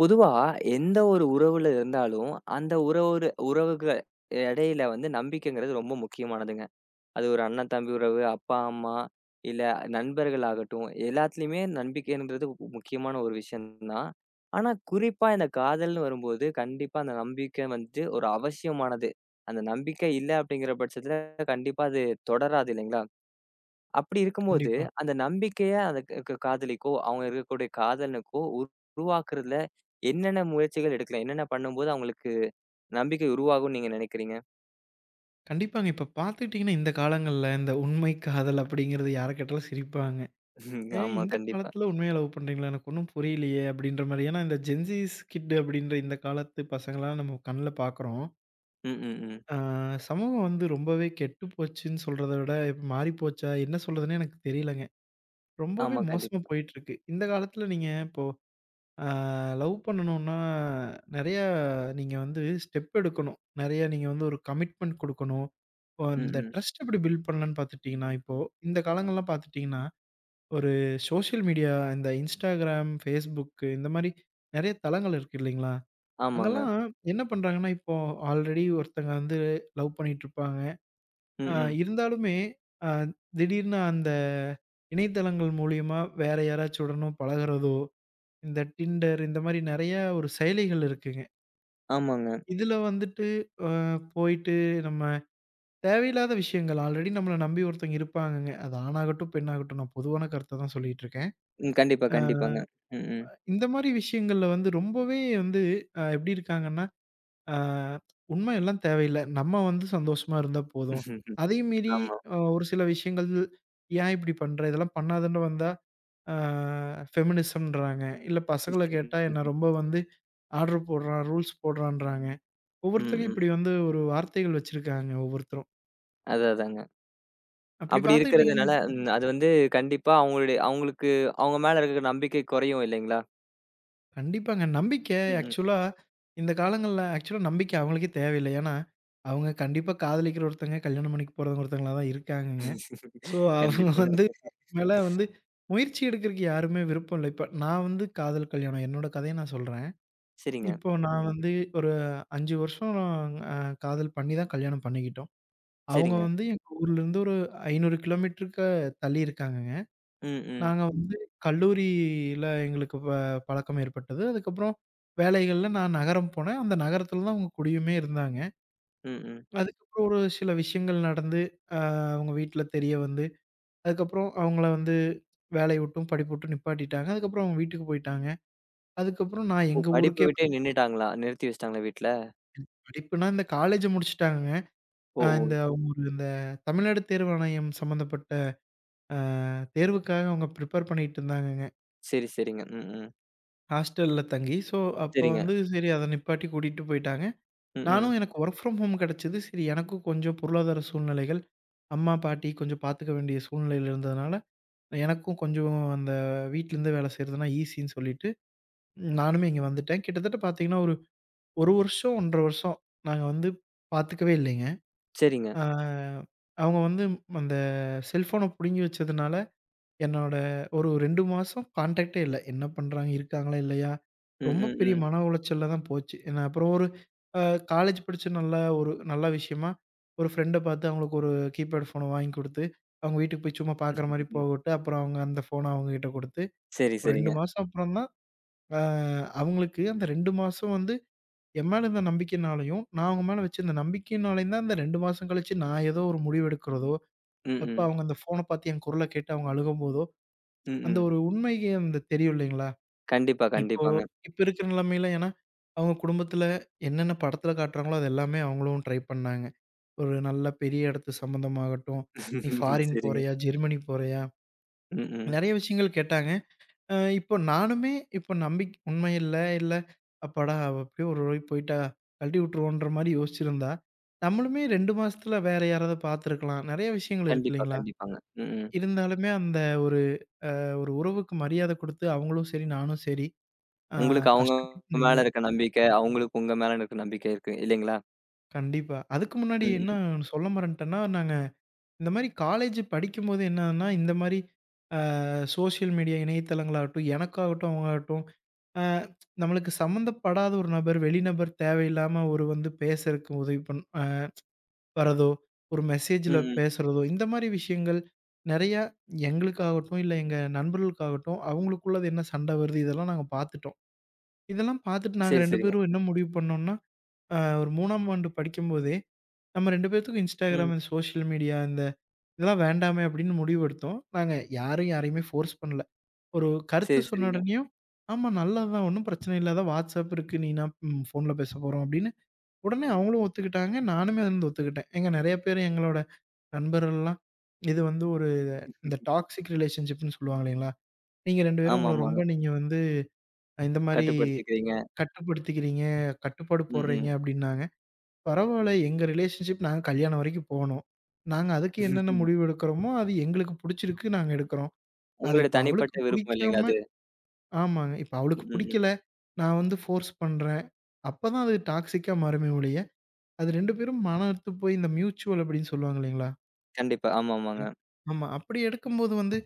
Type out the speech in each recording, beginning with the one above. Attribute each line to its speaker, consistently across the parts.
Speaker 1: பொதுவா எந்த ஒரு உறவுல இருந்தாலும், அந்த உறவோட உறவுக்கு இடையில வந்து நம்பிக்கைங்கிறது ரொம்ப முக்கியமானதுங்க. அது ஒரு அண்ணன், தம்பி உறவு, அப்பா, அம்மா இல்ல நண்பர்கள் ஆகட்டும், எல்லாத்துலயுமே நம்பிக்கைன்றது முக்கியமான ஒரு விஷயம் தான். ஆனா குறிப்பா இந்த காதல்னு வரும்போது, கண்டிப்பா அந்த நம்பிக்கை வந்து ஒரு அவசியமானது. அந்த நம்பிக்கை இல்ல அப்படிங்கிற பட்சத்துல, கண்டிப்பா அது தொடராது இல்லைங்களா? அப்படி இருக்கும்போது,
Speaker 2: கண்டிப்பா.
Speaker 1: அந்த நம்பிக்கைய அந்த க க காதலிக்கோ, அவங்க இருக்கக்கூடிய காதலனுக்கோ உருவாக்குறதுல என்னென்ன முயற்சிகள் எடுக்கலாம்? என்னென்ன பண்ணும்போது அவங்களுக்கு நம்பிக்கை உருவாகும்னு நீங்க நினைக்கிறீங்க?
Speaker 2: கண்டிப்பாங்க. இப்ப பார்த்துக்கிட்டீங்கன்னா, இந்த காலங்கள்ல இந்த உண்மை காதல் அப்படிங்கிறது யார கேட்டாலும் சிரிப்பாங்க. "ஏய்
Speaker 1: ஆமா,
Speaker 2: இந்த
Speaker 1: கண்டிப்பா.
Speaker 2: காலத்துல உண்மையா லவ் பண்றீங்களா? எனக்கு ஒண்ணும் புரியலையே!" அப்படின்ற மாரி. ஏன்னா, இந்த ஜென்ஸீஸ் கிட் அப்படின்ற இந்த காலத்து பசங்கலாம் நம்ம கண்ல பார்க்குறோம்.
Speaker 1: ம், ம், ம்.
Speaker 2: ஆ சமூகம் வந்து ரொம்பவே கெட்டு போச்சுன்னு சொல்றத விட, இப்ப மாறி போச்சா? என்ன சொல்றதுன்னே எனக்கு தெரியலங்க. ரொம்பவே
Speaker 1: ஆமா,
Speaker 2: மோசமா
Speaker 1: கண்டிப்பா.
Speaker 2: போயிட்டுருக்கு. இந்த காலத்துல நீங்க இப்போ ஆ லவ் பண்ணணும்னா, நெறையா நீங்க வந்து ஸ்டெப் எடுக்கணும். நெறையா நீங்க வந்து ஒரு கமிட்மெண்ட் குடுக்கணும். இப்போ
Speaker 1: ம்,
Speaker 2: இந்த
Speaker 1: ம்.
Speaker 2: ட்ரஸ்ட் எப்படி பில்ட் பண்ணலான்னு பார்த்துட்டீங்கன்னா, இப்போ இந்த காலங்கள்லாம் பார்த்துட்டீங்கன்னா, ஒரு சோஷியல் மீடியா இந்த Instagram, Facebook இந்த மாரி நெறைய தளங்கள் இருக்கு இல்லைங்களா?
Speaker 1: ஆமாங்க.
Speaker 2: அங்கலாம் என்ன பண்றாங்கன்னா, இப்போ ஆல்ரெடி ஒருத்தங்க வந்து லவ் பண்ணிட்டுருப்பாங்க.
Speaker 1: ம்,
Speaker 2: ஆ
Speaker 1: ம்.
Speaker 2: இருந்தாலுமே அ திடீர்னு அந்த இணையதளங்கள் மூலியமா வேற யாராச்சுடனும் பழகுறதோ இந்த Tinder இந்த மாரி நெறைய ஒரு செயலிகள் இருக்குங்க.
Speaker 1: ஆமாங்க.
Speaker 2: இதுல வந்துட்டு அ போயிட்டு நம்ம தேவையில்லாத விஷயங்கள் ஆல்ரெடி நம்மள நம்பி ஒருத்தவங்க இருப்பாங்கங்க. அது ஆணாகட்டும், பெண்ணாகட்டும் நான் பொதுவான கருத்த தான் சொல்லிட்டு இருக்கேன்.
Speaker 1: ம். கண்டிப்பா,
Speaker 2: அ
Speaker 1: கண்டிப்பாங்க. ம், ம்.
Speaker 2: இந்த மாரி விஷயங்கள்ல வந்து ரொம்பவே வந்து எப்படி இருக்காங்கன்னா, அ உண்மை எல்லாம் தேவையில்ல. நம்ம வந்து சந்தோஷமா இருந்தா போதும். அதையும் மீறி
Speaker 1: ஆமா.
Speaker 2: ஒரு சில விஷயங்கள் ஏன் இப்படி பண்ற? இதெல்லாம் பண்ணாதன்னு வந்தா அ ஃபெமினிசம்ன்றாங்க. இல்ல பசங்கள கேட்டா என்ன ரொம்ப வந்து ஆர்டர் போடுறான், ரூல்ஸ் போடுறான்றாங்க. ஒவ்வொருத்தங்க
Speaker 1: ம், ம்.
Speaker 2: இப்படி வந்து ஒரு வார்த்தைகள் வச்சிருக்காங்க ஒவ்வொருத்தரும்.
Speaker 1: அதான், அதாங்க.
Speaker 2: அப்படி
Speaker 1: அப்படி
Speaker 2: பார்த்துக்கிட்டீங்கன்னா,
Speaker 1: இருக்கிறதுனால அது வந்து கண்டிப்பா அவங்களுடைய அவங்களுக்கு அவங்க மேல இருக்கிற நம்பிக்கை குறையும் இல்லைங்களா?
Speaker 2: கண்டிப்பாங்க. நம்பிக்கை
Speaker 1: ம், ம்.
Speaker 2: ஆக்சுவலா இந்த காலங்கள்ல ஆக்சுவலா நம்பிக்கை அவங்களுக்கே தேவையில்ல. ஏன்னா, அவங்க கண்டிப்பா காதலிக்கிற ஒருத்தங்க, கல்யாணம் பண்ணிக்க போறவங்க ஒருத்தங்களா தான் இருக்காங்கங்க. ஸோ அவங்க வந்து
Speaker 1: கண்டிப்பாங்க.
Speaker 2: மேல வந்து முயற்சி எடுக்கிறக்கு யாருமே விருப்பம் இல்ல. இப்ப நான் வந்து காதல் கல்யாணம் என்னோட கதைய நான் சொல்றேன்.
Speaker 1: சரிங்க,
Speaker 2: இப்போ நான் வந்து ஒரு 5 வருஷம் அ காதல் பண்ணி தான் கல்யாணம் பண்ணிக்கிட்டோம். அவங்க
Speaker 1: சரிங்க.
Speaker 2: வந்து எங்க ஊர்லேருந்து ஒரு 500 கிலோமீட்டருக்கு தள்ளி இருக்காங்க.
Speaker 1: ம், ம்.
Speaker 2: நாங்க வந்து கல்லூரியில எங்களுக்கு பழக்கம் ஏற்பட்டது. அதுக்கப்புறம் வேலைகள்ல நான் நகரம் போனேன். அந்த நகரத்தில தான் அவங்க குடியுமே இருந்தாங்க.
Speaker 1: ம், ம்.
Speaker 2: அதுக்கப்புறம் ஒரு சில விஷயங்கள் நடந்து, அ அவங்க வீட்ல தெரிய வந்து, அதுக்கப்புறம் அவங்கள வந்து வேலைய விட்டும், படிப்பு விட்டும் நிப்பாட்டிட்டாங்க. அதுக்கப்புறம் அவங்க வீட்டுக்கு போயிட்டாங்க. அதுக்கப்புறம் நான்
Speaker 1: ஓ!
Speaker 2: எங்க
Speaker 1: படிப்ப
Speaker 2: ஊருக்கே
Speaker 1: விட்டே
Speaker 2: வந்
Speaker 1: நின்னுட்டாங்களா? நிறுத்தி வச்சுட்டாங்களா வீட்ல?
Speaker 2: படிப்புனா இந்த காலேஜ முடிச்சுட்டாங்கங்க.
Speaker 1: ஓ! ஓ!
Speaker 2: இந்த அவங்க ஒரு இந்த தமிழ்நாடு தேர்வாணையம் சம்மந்தப்பட்ட அ தேர்வுக்காக அவங்க ப்ரிப்பேர் பண்ணிட்டு இருந்தாங்கங்க.
Speaker 1: சரி, சரிங்க. ம், ம்.
Speaker 2: ஹாஸ்டல்ல தங்கி. ஸோ அப்போ
Speaker 1: சரிங்க.
Speaker 2: வந்து சரி அத நிப்பாட்டி கூட்டிட்டு போயிட்டாங்க.
Speaker 1: ம், ம்.
Speaker 2: நானும் எனக்கு வொர்க் ஃப்ரம் ஹோம் கிடைச்சது. சரி எனக்கும் கொஞ்சம் பொருளாதார சூழ்நிலைகள், அம்மா, பாட்டி கொஞ்சம் பார்த்துக்க வேண்டிய சூழ்நிலையில இருந்ததுனால, எனக்கும் கொஞ்சம் அந்த வீட்லருந்து வேலை செய்றதுனா ஈஸின்னு சொல்லிட்டு, நானுமே இங்க வந்துட்டேன். கிட்டத்தட்ட பார்த்தீங்கன்னா, ஒரு 1 வருஷம், 1 1/2 வருஷம் நாங்க வந்து பார்த்துக்கவே இல்லைங்க.
Speaker 1: சரிங்க.
Speaker 2: ஆ அவங்க வந்து அந்த செல்ஃபோன புடுங்கி வச்சதுனால என்னோட ஒரு 2 மாசம் கான்டாக்ட்டே இல்ல. என்ன பண்றாங்க? இருக்காங்களா? இல்லையா?
Speaker 1: ம்,
Speaker 2: ரொம்ப
Speaker 1: ம்,
Speaker 2: பெரிய
Speaker 1: ம்.
Speaker 2: மன உளைச்சல்ல தான் போச்சு. ஏன்னா அப்புறம் ஒரு அ காலேஜ் படிச்ச நல்ல ஒரு நல்ல விஷயமா, ஒரு ஃப்ரெண்ட பார்த்து அவங்களுக்கு ஒரு கீபேட் ஃபோன வாங்கி குடுத்து, அவங்க வீட்டுக்கு போய் சும்மா பார்க்குற மாரி
Speaker 1: ம்.
Speaker 2: போகவுட்டு, அப்புறம் அவங்க அந்த ஃபோன அவங்ககிட்ட குடுத்து,
Speaker 1: சரி,
Speaker 2: ஒரு 2
Speaker 1: சரிங்க.
Speaker 2: மாசம் அப்புறம் தான் அ அவங்களுக்கு அந்த 2 மாசம் வந்து என் மேல இருந்த நம்பிக்கைனாலயும், நான் அவங்க மேல வச்சிருந்த நம்பிக்கையினாலயும் தான் இந்த 2 மாசம் கழிச்சு நான் ஏதோ ஒரு முடிவு எடுக்கிறதோ,
Speaker 1: ம்.
Speaker 2: அப்ப
Speaker 1: ம்.
Speaker 2: அவங்க அந்த ஃபோன பார்த்து என் குரல கேட்டு அவங்க அழுகும்போதோ,
Speaker 1: ம்,
Speaker 2: அந்த
Speaker 1: ம்.
Speaker 2: ஒரு உண்மைக்கு அந்த தெரியும் இல்லைங்களா?
Speaker 1: கண்டிப்பா,
Speaker 2: இப்போ
Speaker 1: கண்டிப்பாங்க.
Speaker 2: இப்ப இருக்கிற நிலைமையில ஏன்னா, அவங்க குடும்பத்தில என்னென்ன படத்தில காட்டுறாங்களோ, அது எல்லாமே அவங்களும் ட்ரை பண்ணாங்க. ஒரு நல்ல பெரிய இடத்து சம்மந்தமாகட்டும், "நீ ஃபாரின்
Speaker 1: சரிங்க.
Speaker 2: போறியா? ஜெர்மனி போறியா?"
Speaker 1: ம், ம்.
Speaker 2: நெறைய விஷயங்கள் கேட்டாங்க. இப்போ நானுமே இப்போ உண்மை இல்ல, இல்ல அப்பாடா! அவ எப்படியோ ஒரு வழி போயிட்டா, கழட்டி விட்டுருவோன்ற மாரி யோசிச்சிருந்தா, நம்மளுமே 2 மாசத்தில வேற யாராவது பார்த்துருக்கலாம். நெறைய விஷயங்கள் இருக்கு
Speaker 1: கண்டிப்பா,
Speaker 2: இல்லைங்களா?
Speaker 1: கண்டிப்பாங்க. ம், ம்.
Speaker 2: இருந்தாலுமே அந்த ஒரு ஒரு உறவுக்கு மரியாதை குடுத்து, அவங்களும் சரி, நானும் சரி ஆ
Speaker 1: உங்களுக்கு அவங்க
Speaker 2: கஷ்டப்பட்டு
Speaker 1: மேல
Speaker 2: நின்னோம்.
Speaker 1: இருக்க நம்பிக்க, அவங்களுக்கு உங்க மேல இருக்க நம்பிக்கை இருக்கு இல்லைங்களா?
Speaker 2: கண்டிப்பா. அதுக்கு முன்னாடி
Speaker 1: ம்.
Speaker 2: என்ன
Speaker 1: ம்.
Speaker 2: சொல்ல மறந்துட்டேன்னா, நாங்க இந்த மாரி காலேஜ் படிக்கும்போது என்னன்னா, இந்த மாரி ஆ சோசியல் மீடியா இணையதளங்களாகட்டும், எனக்காகட்டும், அவங்களாகட்டும், ஆ நம்மளுக்கு சம்மந்தப்படாத ஒரு நபர், வெளிநபர் தேவையில்லாம ஒரு வந்து பேசுறதுக்கு உதவி பண் அ வரதோ, ஒரு
Speaker 1: ம்,
Speaker 2: மெசேஜில
Speaker 1: ம்.
Speaker 2: பேசுறதோ, இந்த மாரி விஷயங்கள் நெறையா எங்களுக்காகட்டும், இல்ல எங்க நண்பர்களுக்காகட்டும், அவங்களுக்குள்ளது என்ன சண்டை வருது, இதெல்லாம் நாங்க பார்த்துட்டோம். இதெல்லாம் பார்த்துட்டு நாங்க
Speaker 1: சரி,
Speaker 2: 2
Speaker 1: சரிங்க.
Speaker 2: பேரும் என்ன முடிவு பண்ணோம்னா ஒரு 3ஆம் ஆண்டு படிக்கும்போதே, நம்ம 2 பேத்துக்கும் Instagram,
Speaker 1: ம்.
Speaker 2: இந்த சோசியல் மீடியா இந்த இதெல்லாம் வேண்டாமே அப்படின்னு முடிவெடுத்தோம். நாங்க யாரும் யாரையுமே ஃபோர்ஸ் பண்ணல. ஒரு கருத்து
Speaker 1: சரி,
Speaker 2: சொன்ன
Speaker 1: சரிங்க.
Speaker 2: உடனேயும், ஆமா நல்லது தான் ஒண்ணும் பிரச்சனை இல்ல. அதான் WhatsApp இருக்கு. நீனா ம் ஃபோன்ல பேச போறோம் அப்படின்னு உடனே அவங்களும் ஒத்துக்கிட்டாங்க. நானுமே அதுலருந்து ஒத்துக்கிட்டேன். ஏங்க நெறைய பேர் எங்களோட நண்பர்கள்லாம், இது வந்து ஒரு இந்த டாக்ஸிக் ரிலேஷன்ஷிப்ன்னு சொல்லுவாங்க இல்லைங்களா? நீங்க 2 பேரும்
Speaker 1: ஆமா,
Speaker 2: உங்கள ரொம்ப
Speaker 1: ஆமாங்க.
Speaker 2: நீங்க வந்து இந்த மாரி
Speaker 1: கட்டுப்படுத்திக்கிறீங்க.
Speaker 2: கட்டுப்படுத்திக்கிறீங்க, கட்டுப்பாடு
Speaker 1: ம்,
Speaker 2: போடுறீங்க
Speaker 1: ம்.
Speaker 2: அப்படின்னாங்க. பரவால்ல. எங்க ரிலேஷன்ஷிப் நாங்க கல்யாணம் வரைக்கும் போனோம். நாங்க அதுக்கு என்னென்ன முடிவு எடுக்கிறோமோ, அது எங்களுக்கு புடிச்சிருக்கு நாங்க எடுக்கிறோம். அது
Speaker 1: உங்களுடைய
Speaker 2: இப்ப
Speaker 1: தனிப்பட்ட
Speaker 2: அவளுக்கு
Speaker 1: விருப்பம்
Speaker 2: புடிக்காம
Speaker 1: இல்லைங்களா அது?
Speaker 2: ஆமாங்க. இப்ப அவளுக்கு
Speaker 1: ம், ம்.
Speaker 2: புடிக்கல. நான் வந்து ஃபோர்ஸ் பண்றேன். அப்பதான் அது டாக்ஸிக்கா மாறுமே ஒழிய, அது 2 பேரும் மனம் அறுத்து போய் இந்த மியூச்சுவல் அப்படின்னு சொல்லுவாங்க இல்லைங்களா?
Speaker 1: கண்டிப்பா. ஆமாமாங்க.
Speaker 2: ஆமா. அப்படி எடுக்கும்போது வந்து,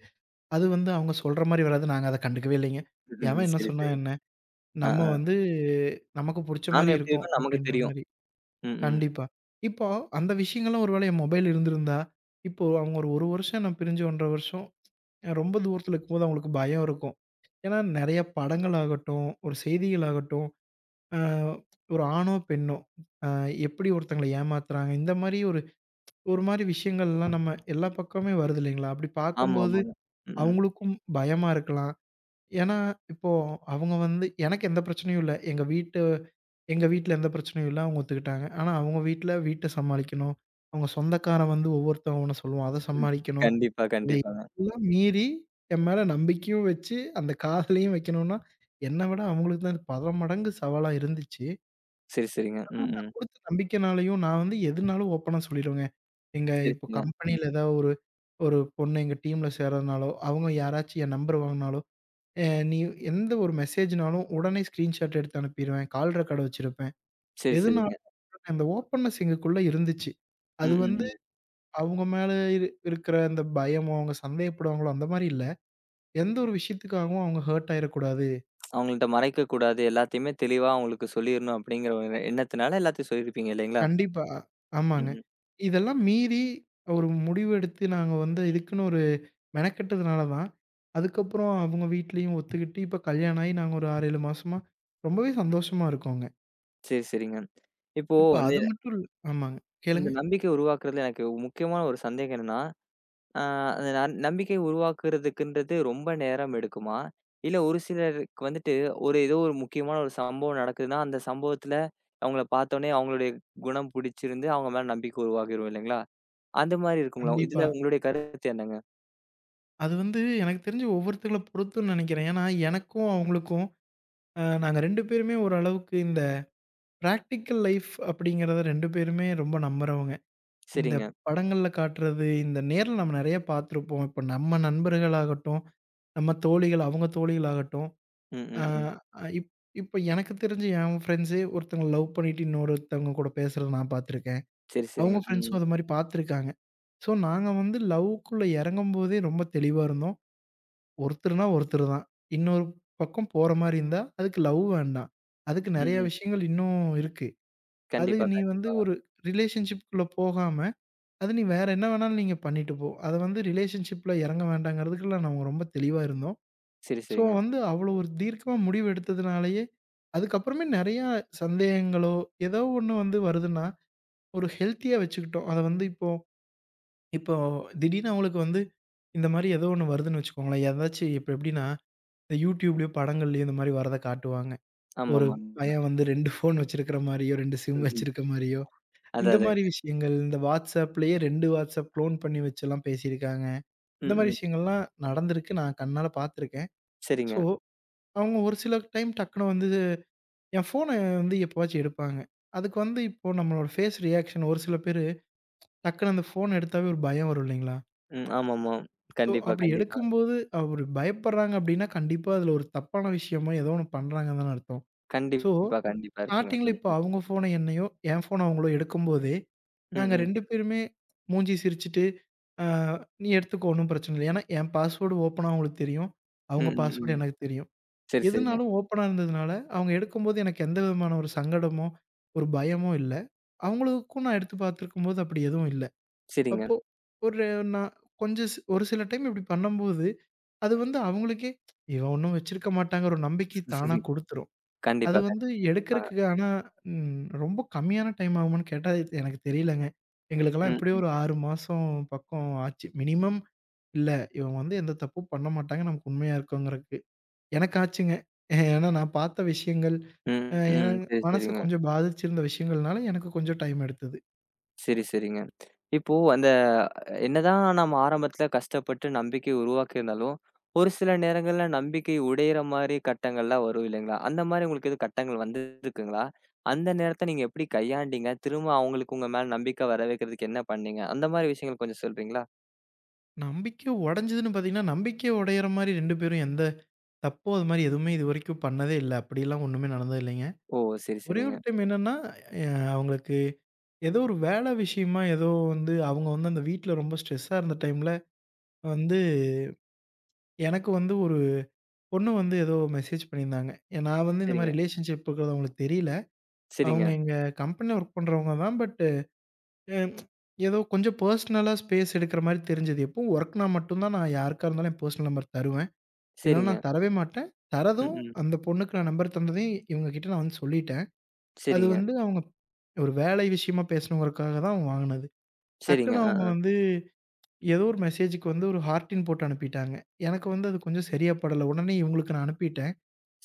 Speaker 2: அது வந்து அவங்க சொல்ற மாரி வராது. நாங்க அத கண்டுக்கவே இல்லைங்க. எவன் என்ன
Speaker 1: சரி,
Speaker 2: சொன்னா
Speaker 1: சரிங்க.
Speaker 2: என்ன?
Speaker 1: ஆ,
Speaker 2: நம்ம
Speaker 1: ஆ.
Speaker 2: வந்து நமக்கு புடிச்ச மாரி
Speaker 1: நாம எப்படி
Speaker 2: இருக்கும்
Speaker 1: இருக்கோம்ன்னு நமக்கு
Speaker 2: அப்படின்ற
Speaker 1: தெரியும்.
Speaker 2: மாரி.
Speaker 1: ம். ம்.
Speaker 2: கண்டிப்பா. இப்போ அந்த விஷயங்கள்லாம் ஒருவேளை என் மொபைல் இருந்திருந்தா, இப்போ அவங்க ஒரு 1 வருஷம் என்ன பிரிஞ்சு 1 1/2 வருஷம் ரொம்ப தூரத்தில இருக்கும்போது அவங்களுக்கு பயம் இருக்கும். ஏன்னா நெறைய படங்கள் ஆகட்டும், ஒரு செய்திகள் ஆகட்டும், அ ஒரு ஆணோ, பெண்ணோ அ எப்படி ஒருத்தங்கள ஏமாத்துறாங்க, இந்த மாரி ஒரு ஒரு மாரி விஷயங்கள்லாம் நம்ம எல்லா பக்கமுமே வருது இல்லைங்களா? அப்படி
Speaker 1: ஆமா,
Speaker 2: பார்க்கும்போது
Speaker 1: ஆமாங்க. ம். ம்.
Speaker 2: அவங்களுக்கும் பயமா இருக்கலாம். ஏன்னா, இப்போ அவங்க வந்து எனக்கு எந்த பிரச்சனையும் இல்ல. எங்க வீட்ல எந்த பிரச்சனையும் இல்ல. அவங்க ஒத்துக்கிட்டாங்க. ஆனா, அவங்க வீட்ட சமாளிக்கணும். அவங்க சொந்தக்காரன் வந்து ஒவ்வொருத்தவன் ஒண்ணு சொல்லுவான். அத
Speaker 1: ம்.
Speaker 2: சமாளிக்கணும்.
Speaker 1: கண்டிப்பா,
Speaker 2: இதை
Speaker 1: கண்டிப்பாங்க.
Speaker 2: எல்லாம் மீறி என் மேல நம்பிக்கையும் வச்சு, அந்த காதலையும் வைக்கணும்னா, என்ன விட அவங்களுக்கு தான் இது பல மடங்கு சவாலா இருந்துச்சு.
Speaker 1: சரி, சரிங்க.
Speaker 2: ஆனா,
Speaker 1: ம்,
Speaker 2: நான்
Speaker 1: ம்.
Speaker 2: குடுத்த நம்பிக்கைனாலயும் நான் வந்து எதுனாலும் ஓப்பனா சொல்லிடுவேங்க. எங்க
Speaker 1: சரி,
Speaker 2: இப்போ
Speaker 1: சரிங்க.
Speaker 2: கம்பெனியில ஏதாவது ஒரு ஒரு பொண்ணு எங்க டீம்ல சேர்றதுனாலோ, அவங்க யாராச்சும் என் நம்பர் வாங்குனாலோ, அ நீ எந்த ஒரு மெசேஜ்னாலும் உடனே ஸ்கிரீன்ஷாட் எடுத்து அனுப்பிருவேன். கால் ரெக்கார்ட் வச்சிருப்பேன்.
Speaker 1: சரி, சரிங்க.
Speaker 2: எதுனாலும் அந்த ஓப்பன்னஸ் எங்களுக்குள்ள இருந்துச்சு.
Speaker 1: ம்,
Speaker 2: அது
Speaker 1: ம்,
Speaker 2: வந்து
Speaker 1: ம்.
Speaker 2: அவங்க மேல இருக்கிற அந்த பயமோ, அவங்க சந்தேகப்படுவாங்களோ அந்த மாரி இல்ல. எந்த ஒரு விஷயத்துக்காகவும் அவங்க ஹர்ட் ஆயிறக்கூடாது.
Speaker 1: அவங்கள்ட்ட மறைக்கக்கூடாது. எல்லாத்தையுமே தெளிவா அவங்களுக்கு சொல்லிரணும் அப்படிங்கிற ஒரு எண்ணத்தினால எல்லாத்தையும் சொல்லியிருப்பீங்க இல்லைங்களா?
Speaker 2: கண்டிப்பா.
Speaker 1: ம்,
Speaker 2: ஆமாங்க.
Speaker 1: ம்.
Speaker 2: இதெல்லாம் மீறி ஒரு முடிவு எடுத்து நாங்க வந்து இதுக்குன்னு ஒரு மெனக்கெட்டதுனால தான், அதுக்கப்புறம் அவங்க வீட்லயும் ஒத்துக்கிட்டு, இப்ப கல்யாணம் ஆகி நாங்க ஒரு 6, 7 மாசமா ரொம்பவே சந்தோஷமா இருக்கோங்க.
Speaker 1: சரி, சரிங்க. இப்போ
Speaker 2: இப்ப
Speaker 1: இந்த
Speaker 2: அது மட்டும் இல் ஆமாங்க.
Speaker 1: இந்த
Speaker 2: கேளுங்க.
Speaker 1: நம்பிக்கை உருவாக்குறதுல எனக்கு முக்கியமான ஒரு சந்தேகம் என்னன்னா, ஆ அந்த நம்பிக்கை உருவாக்குறதுக்குன்றது ரொம்ப நேரம் எடுக்குமா? இல்ல ஒரு சிலருக்கு வந்துட்டு, ஒரு ஏதோ ஒரு முக்கியமான ஒரு சம்பவம் நடக்குதுன்னா, அந்த சம்பவத்துல அவங்கள பார்த்தோனே அவங்களுடைய குணம் பிடிச்சிருந்து, அவங்க மேல நம்பிக்கை உருவாகிரும் இல்லைங்களா? அந்த மாரி இருக்குங்களா?
Speaker 2: கண்டிப்பா.
Speaker 1: இதுல உங்களுடைய கருத்து என்னங்க?
Speaker 2: அது வந்து எனக்கு தெரிஞ்சு ஒவ்வொருத்தங்கள பொறுத்துன்னு நெனைக்கிறேன். ஏன்னா, எனக்கும் அவங்களுக்கும் நாங்க 2 பேருமே ஓரளவுக்கு இந்த பிராக்டிகல் லைஃப் அப்படிங்கிறத 2 பேருமே ரொம்ப நம்புறவங்க. இந்த
Speaker 1: சரிங்க.
Speaker 2: படங்கள்ல காட்டுறது, இந்த நேர்ல நம்ம நெறைய பார்த்துருப்போம். இப்ப நம்ம நண்பர்களாகட்டும், நம்ம தோழிகள், அவங்க தோழிகளாகட்டும்,
Speaker 1: ம்,
Speaker 2: அ
Speaker 1: ம், ம்.
Speaker 2: இப் இப்ப எனக்கு தெரிஞ்சு என் ஃப்ரெண்ட்ஸே ஒருத்தவங்க லவ் பண்ணிட்டு இன்னொருத்தவங்க கூட பேசுறத நான் பார்த்துருக்கேன்.
Speaker 1: சரி,
Speaker 2: அவங்க
Speaker 1: சரிங்க. ம், ம்,
Speaker 2: ஃப்ரெண்ட்ஸும்
Speaker 1: ம்.
Speaker 2: அது மாரி பார்த்துருக்காங்க. ஸோ நாங்க வந்து லவ்‌க்குள்ள இறங்கும்போதே ரொம்ப தெளிவா இருந்தோம். ஒருத்தர்னா ஒருத்தர் தான். இன்னொரு பக்கம் போற மாரி இருந்தா, அதுக்கு லவ் வேண்டாம். அதுக்கு நெறைய
Speaker 1: ம்.
Speaker 2: விஷயங்கள் இன்னும் இருக்கு. அது
Speaker 1: கண்டிப்பா,
Speaker 2: நீ வந்து
Speaker 1: கண்டிப்பா.
Speaker 2: ஒரு ரிலேஷன்ஷிப்குள்ள போகாம, அது நீ வேற என்ன வேணாலும் நீங்க பண்ணிட்டு போ. அத வந்து ரிலேஷன்ஷிப்ல இறங்க வேண்டாங்கிறதுக்குலாம் நாங்க ரொம்ப தெளிவா இருந்தோம்.
Speaker 1: சரி,
Speaker 2: ஸோ
Speaker 1: சரிங்க.
Speaker 2: வந்து அவ்வளோ ஒரு தீர்க்கமா முடிவு எடுத்ததுனாலேயே, அதுக்கப்புறமே நெறையா சந்தேகங்களோ, ஏதோ ஒண்ணு வந்து வருதுன்னா, ஒரு ஹெல்த்தியா வச்சுக்கிட்டோம். அத வந்து இப்போ இப்போ திடீர்னு அவங்களுக்கு வந்து இந்த மாரி ஏதோ ஒண்ணு வருதுன்னு வச்சுக்கோங்களேன். ஏதாச்சும் இப்ப எப்படின்னா இந்த யூடியூப்லயோ, படங்கள்லயோ இந்த மாரி வரத காட்டுவாங்க. ஒரு
Speaker 1: ஆமாமாங்க.
Speaker 2: பையன் வந்து 2 ஃபோன் வச்சிருக்கிற மாரியோ, 2
Speaker 1: ம்,
Speaker 2: சிம்
Speaker 1: ம்.
Speaker 2: வச்சிருக்க மாரியோ,
Speaker 1: அதான்,
Speaker 2: இந்த மாரி
Speaker 1: அதாங்க.
Speaker 2: விஷயங்கள். இந்த WhatsAppலயே 2 WhatsApp க்ளோன் பண்ணி வச்சுலாம் பேசியிருக்காங்க.
Speaker 1: ம்,
Speaker 2: இந்த மாரி
Speaker 1: ம்.
Speaker 2: விஷயங்கள்லாம் நடந்திருக்கு. நான் கண்ணால பார்த்துருக்கேன்.
Speaker 1: சரிங்க.
Speaker 2: ஸோ, அவங்க ஒரு சில டைம் டக்குனு வந்து என் ஃபோன வந்து எப்பவாச்சும் எடுப்பாங்க. அதுக்கு வந்து இப்போ நம்மளோட ஃபேஸ் ரியாக்ஷன் ஒரு சில பேரு டக்குனு அந்த ஃபோன் எடுத்தாவே ஒரு பயம் வரும் இல்லைங்களா?
Speaker 1: ம். ஆமாமா.
Speaker 2: ஸோ,
Speaker 1: கண்டிப்பா,
Speaker 2: அப்படி
Speaker 1: கண்டிப்பா.
Speaker 2: எடுக்கும்போது அவரு பயப்படுறாங்க அப்படின்னா, கண்டிப்பா அதுல ஒரு தப்பான விஷயமோ, ஏதோ ஒண்ணு பண்றாங்கன்னு தான அர்த்தம். ஸோ
Speaker 1: கண்டிப்பா, கண்டிப்பா இருக்குங்க.
Speaker 2: ஸ்டார்ட்டிங்ல
Speaker 1: ம்.
Speaker 2: இப்ப
Speaker 1: ம்.
Speaker 2: அவுங்க ஃபோன என்னையோ, என் ஃபோன அவுங்களோ எடுக்கும்போதே,
Speaker 1: ம்,
Speaker 2: நாங்க
Speaker 1: ம்.
Speaker 2: 2 பேருமே மூஞ்சி சிரிச்சுட்டு, "ஆ நீ எடுத்துக்கோ ஒண்ணும் பிரச்சனை இல்ல." ஏன்னா, என் பாஸ்வேர்டு ஓப்பனா அவுங்களுக்கு தெரியும். அவுங்க
Speaker 1: ம், ம்,
Speaker 2: பாஸ்வேர்டு
Speaker 1: ம்.
Speaker 2: எனக்கு தெரியும்.
Speaker 1: சரி, சரிங்க.
Speaker 2: எதுனாலும் ஓப்பனா இருந்ததுனால, அவுங்க எடுக்கும்போது எனக்கு எந்த விதமான ஒரு சங்கடமோ, ஒரு பயமோ இல்ல. அவுங்களுக்கும் நான் எடுத்து பார்த்துருக்கும்போது அப்படி எதுவும் இல்ல.
Speaker 1: சரிங்க.
Speaker 2: அப்போ ஒரு நான் கொஞ்சம் ஸ் ஒரு சில டைம் இப்படி பண்ணும்போது, அது வந்து அவுங்களுக்கே இவன் ஒண்ணும் வச்சிருக்க மாட்டாங்கிற ஒரு நம்பிக்கை தானா குடுத்துரும். அது
Speaker 1: கண்டிப்பா,
Speaker 2: வந்து
Speaker 1: கண்டிப்பாங்க.
Speaker 2: எடுக்கறக்கு ஆனா ம் ரொம்ப கம்மியான டைம் ஆகுமான்னு கேட்டா, இது எனக்கு தெரியலங்க. எங்களுக்கெல்லாம்
Speaker 1: ம்,
Speaker 2: எப்படியும்
Speaker 1: ம்,
Speaker 2: ஒரு 6 மாசம் பக்கம் ஆச்சு. மினிமம் இல்ல இவங்க வந்து எந்த தப்பும் பண்ண மாட்டாங்க. நமக்கு உண்மையா இருக்கோங்கிறதுக்கு. எனக்கு ஆச்சுங்க. ஏன்னா நான் பார்த்த விஷயங்கள்,
Speaker 1: ம்,
Speaker 2: அ ஏன்னா
Speaker 1: ம். சரி,
Speaker 2: மனச
Speaker 1: சரிங்க.
Speaker 2: கொஞ்சம் பாதிச்சிருந்த விஷயங்கள்னால எனக்கு கொஞ்சம் டைம் எடுத்தது.
Speaker 1: சரி, சரிங்க. இப்போ அந்த என்னதான் நம்ம ஆரம்பத்துல கஷ்டப்பட்டு நம்பிக்கை உருவாக்கியிருந்தாலும், ஒரு சில நேரங்கள்ல நம்பிக்கை உடையிற மாரி கட்டங்கள்லாம் வரும் இல்லைங்களா? அந்த மாரி உங்களுக்கு எதுவும் கட்டங்கள் வந்திருக்குங்களா? அந்த நேரத்த நீங்க எப்படி கையாண்டீங்க? திரும்ப அவங்களுக்கு உங்க மேல நம்பிக்கை வர வைக்கிறதுக்கு என்ன பண்ணீங்க? அந்த மாரி விஷயங்கள் கொஞ்சம் சொல்றீங்களா?
Speaker 2: நம்பிக்கை உடைஞ்சதுன்னு பார்த்தீங்கன்னா, நம்பிக்கை உடையிற மாரி 2 பேரும் எந்த தப்பும் அது மாரி எதுவுமே இதுவரைக்கும் பண்ணதே இல்ல. அப்படிலாம் ஒண்ணுமே நடந்தது இல்லைங்க.
Speaker 1: ஓ! சரி,
Speaker 2: ஒரே
Speaker 1: சரிங்க.
Speaker 2: ஒரு டைம் என்னன்னா, அ அவங்களுக்கு ஏதோ ஒரு வேலை விஷயமா ஏதோ வந்து அவங்க வந்து அந்த வீட்ல ரொம்ப ஸ்ட்ரெஸ்ஸா இருந்த டைம்ல வந்து எனக்கு வந்து ஒரு பொண்ணு வந்து ஏதோ மெசேஜ் பண்ணியிருந்தாங்க. ஏ, நான் வந்து இந்த
Speaker 1: சரிங்க,
Speaker 2: மாரி ரிலேஷன்ஷிப் இருக்கிறது அவங்களுக்கு தெரியல.
Speaker 1: சரிங்க,
Speaker 2: அவங்க எங்க கம்பெனில ஒர்க் பண்றவங்க தான். பட் ஏதோ கொஞ்சம் பெர்சனலா ஸ்பேஸ் எடுக்கிற மாரி தெரிஞ்சது. எப்பவும் ஒர்க்னா மட்டும் தான் நான் யாருக்கா இருந்தாலும் என் பெர்சனல் நம்பர் தருவேன். இல்லைன்னா
Speaker 1: சரிங்க.
Speaker 2: நான் தரவே மாட்டேன்.
Speaker 1: ம்,
Speaker 2: தரதும்
Speaker 1: ம்.
Speaker 2: அந்த பொண்ணுக்கு நான் நம்பர் தந்ததையும் இவங்க கிட்ட நான் வந்து சொல்லிட்டேன். அது
Speaker 1: சரிங்க,
Speaker 2: வந்து அவங்க ஒரு வேலை விஷயமா பேசணுங்கிறதுக்காக தான் அவங்க வாங்குனது.
Speaker 1: சரிங்க.
Speaker 2: டக்குனு
Speaker 1: அ,
Speaker 2: அவங்க
Speaker 1: அ.
Speaker 2: வந்து ஏதோ ஒரு மெசேஜுக்கு வந்து ஒரு ஹார்டின் போட்டு அனுப்பிட்டாங்க. எனக்கு வந்து அது கொஞ்சம் சரியா படல. உடனே இவங்களுக்கு நான் அனுப்பிட்டேன்.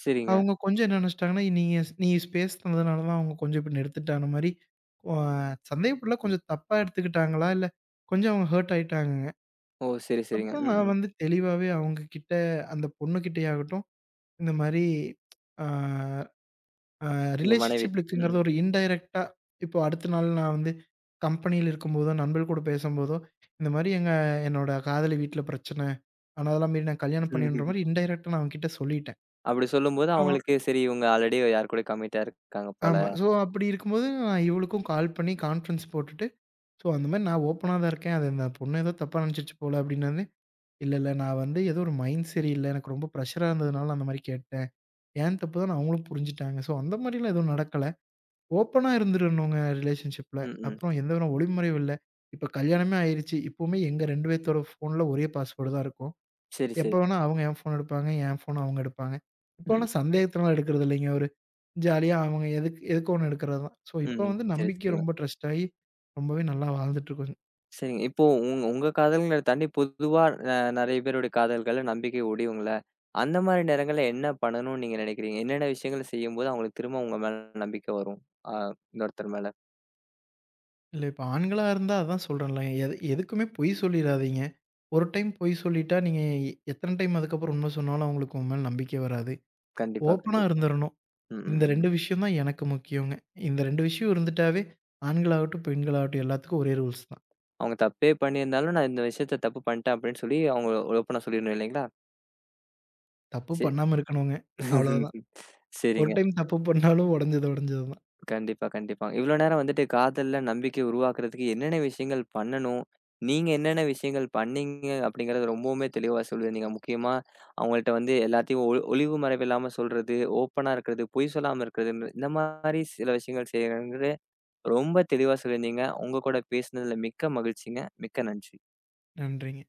Speaker 1: சரிங்க.
Speaker 2: அவங்க கொஞ்சம் என்ன நெனச்சுட்டாங்கன்னா, நீ ஸ்பேஸ் தந்ததுனால தான் அவங்க கொஞ்சம் இப்படி நிறுத்திட்டாங்க மாரி, அ சந்தேகப்படல. கொஞ்சம் தப்பா எடுத்துக்கிட்டாங்களா? இல்ல கொஞ்சம் அவங்க ஹர்ட் ஆயிட்டாங்கங்க.
Speaker 1: ஓ! சரி, சரிங்க.
Speaker 2: அப்புறம்
Speaker 1: ம்,
Speaker 2: நான்
Speaker 1: ம்.
Speaker 2: வந்து தெளிவாவே அவங்க கிட்ட அந்த பொண்ணுகிட்டயாகட்டும், இந்த மாரி ஆ ஆ
Speaker 1: உங்க மனைவி. ம்,
Speaker 2: ரிலேஷன்ஷிப்ங்கிறது ஒரு இன்டைரக்ட்டா இப்போ அடுத்த நாள் நான் வந்து கம்பெனியில இருக்கும்போதோ, நண்பர்கள் கூட பேசும்போதோ, இந்த மாரி எங்க என்னோட காதலி வீட்ல பிரச்சனை. ஆனா, அதெல்லாம் மீறி நான் கல்யாணம் பண்ணின்ற
Speaker 1: ம்.
Speaker 2: மாரி இன்டைரக்ட்டா நான் அவங்ககிட்ட சொல்லிட்டேன்.
Speaker 1: அப்படி சொல்லும்போது
Speaker 2: சோ
Speaker 1: அவங்களுக்கு சரி இவங்க ஆல்ரெடி யார் கூடயோ கமிட்டா இருக்காங்க போல.
Speaker 2: ஆமா. சோ அப்படி இருக்கும்போது நான் இவளுக்கும் கால் பண்ணி கான்ஃபரன்ஸ் போட்டுட்டு, "சோ அந்த மாரி நான் ஓப்பனா தான் இருக்கேன். அது அந்த பொண்ணு ஏதோ தப்பா நினைச்சிருச்சு போல" அப்படின்னோனே, "இல்ல, இல்ல நான் வந்து ஏதோ ஒரு மைண்ட் சரியில்ல. எனக்கு ரொம்ப பிரஷரா இருந்ததுனால அந்த மாரி கேட்டேன். என் தப்பு தான்" அவங்களும் புரிஞ்சுட்டாங்க. சோ அந்த மாரிலாம் எதுவும் நடக்கல. ஓப்பனா இருந்துரணுங்க ரிலேஷன்ஷிப்ல.
Speaker 1: ம், ம்.
Speaker 2: அப்புறம் எந்த ஒரு ஒளிமுறையும் இல்ல. இப்ப கல்யாணமே ஆயிருச்சு. இப்பவுமே எங்க 2 பேத்தோட ஃபோன்ல ஒரே பாஸ்வேர்டு தான் இருக்கும்.
Speaker 1: சரி,
Speaker 2: எப்ப
Speaker 1: சரி.
Speaker 2: வேணா அவங்க என் ஃபோன் எடுப்பாங்க. என் ஃபோன் அவங்க எடுப்பாங்க.
Speaker 1: ம்,
Speaker 2: இப்போலாம் சந்தேகத்தலாம் எடுக்கிறது இல்லைங்க. ஒரு ஜாலியா அவங்க எதுக்கு எதுக்கு ஒண்ணு எடுக்கிறது தான். ஸோ இப்ப
Speaker 1: ம்.
Speaker 2: வந்து
Speaker 1: சரி,
Speaker 2: நம்பிக்கை
Speaker 1: சரிங்க.
Speaker 2: ரொம்ப ட்ரஸ்ட் ஆயி ரொம்பவே நல்லா வாழ்ந்துட்டு இருக்கோங்க.
Speaker 1: சரிங்க. இப்போ உங்க காதல்கள தாண்டி பொதுவா நெறைய பேருடைய காதல்கள்ல நம்பிக்கை உடையும்ல. அந்த மாரி நேரங்கள்ல என்ன பண்ணணும்னு நீங்க நினைக்கிறீங்க? என்னென்ன விஷயங்கள் செய்யும்போது அவங்களுக்கு திரும்ப உங்க மேல நம்பிக்கை வரும்? ஆ இன்னொருத்தர் மேல.
Speaker 2: இல்ல இப்ப ஆண்களா இருந்தா அதான் சொல்றேன்ல. எது எதுக்குமே பொய் சொல்லிறாதீங்க. ஒரு டைம் பொய் சொல்லிட்டா நீங்க எத்தன டைம் அதுக்கப்புறம் உண்மை சொன்னாலும் அவங்களுக்கு உங்க மேல நம்பிக்கை வராது.
Speaker 1: கண்டிப்பா,
Speaker 2: ஓப்பனா
Speaker 1: கண்டிப்பா.
Speaker 2: இருந்துரணும்.
Speaker 1: ம்,
Speaker 2: இந்த
Speaker 1: ம், ம்.
Speaker 2: 2 விஷயம் தான் எனக்கு முக்கியங்க. இந்த 2 விஷயம் இருந்துட்டாவே, ஆண்களாகட்டும், பெண்களாகட்டும் எல்லாத்துக்கும் ஒரே ரூல்ஸ் தான்.
Speaker 1: அவங்க தப்பே பண்ணியிருந்தாலும், நான் இந்த விஷயத்த தப்பு பண்ணிட்டேன் அப்படின்னு சொல்லி அவங்க ஓப்பனா சொல்லிடணும் இல்லைங்களா?
Speaker 2: தப்பு
Speaker 1: சரி.
Speaker 2: பண்ணாம இருக்கணுங்க. அவ்வளவுதான். ஒரு
Speaker 1: சரிங்க.
Speaker 2: டைம் தப்பு பண்ணாலும் உடைஞ்சது உடைஞ்சது தான்.
Speaker 1: கண்டிப்பா, கண்டிப்பா. இவ்ளோ நேரம் வந்துட்டு காதல்ல நம்பிக்கை உருவாக்குறதுக்கு என்னென்ன விஷயங்கள் பண்ணணும்? நீங்க என்னென்ன விஷயங்கள் பண்ணீங்க? அப்படிங்கிறத ரொம்பவுமே தெளிவா சொல்லியிருந்தீங்க. முக்கியமா அவங்கள்ட்ட வந்து எல்லாத்தையும் ஒளிவு மறைவு இல்லாம சொல்றது, ஓப்பனா இருக்கிறது, பொய் சொல்லாம இருக்கிறதுன்னு இந்த மாரி சில விஷயங்கள் செய்யணுங்கிறது ரொம்ப தெளிவா சொல்லியிருந்தீங்க. உங்க கூட பேசினதுல மிக்க மகிழ்ச்சிங்க. மிக்க நன்றி.
Speaker 2: நன்றிங்க.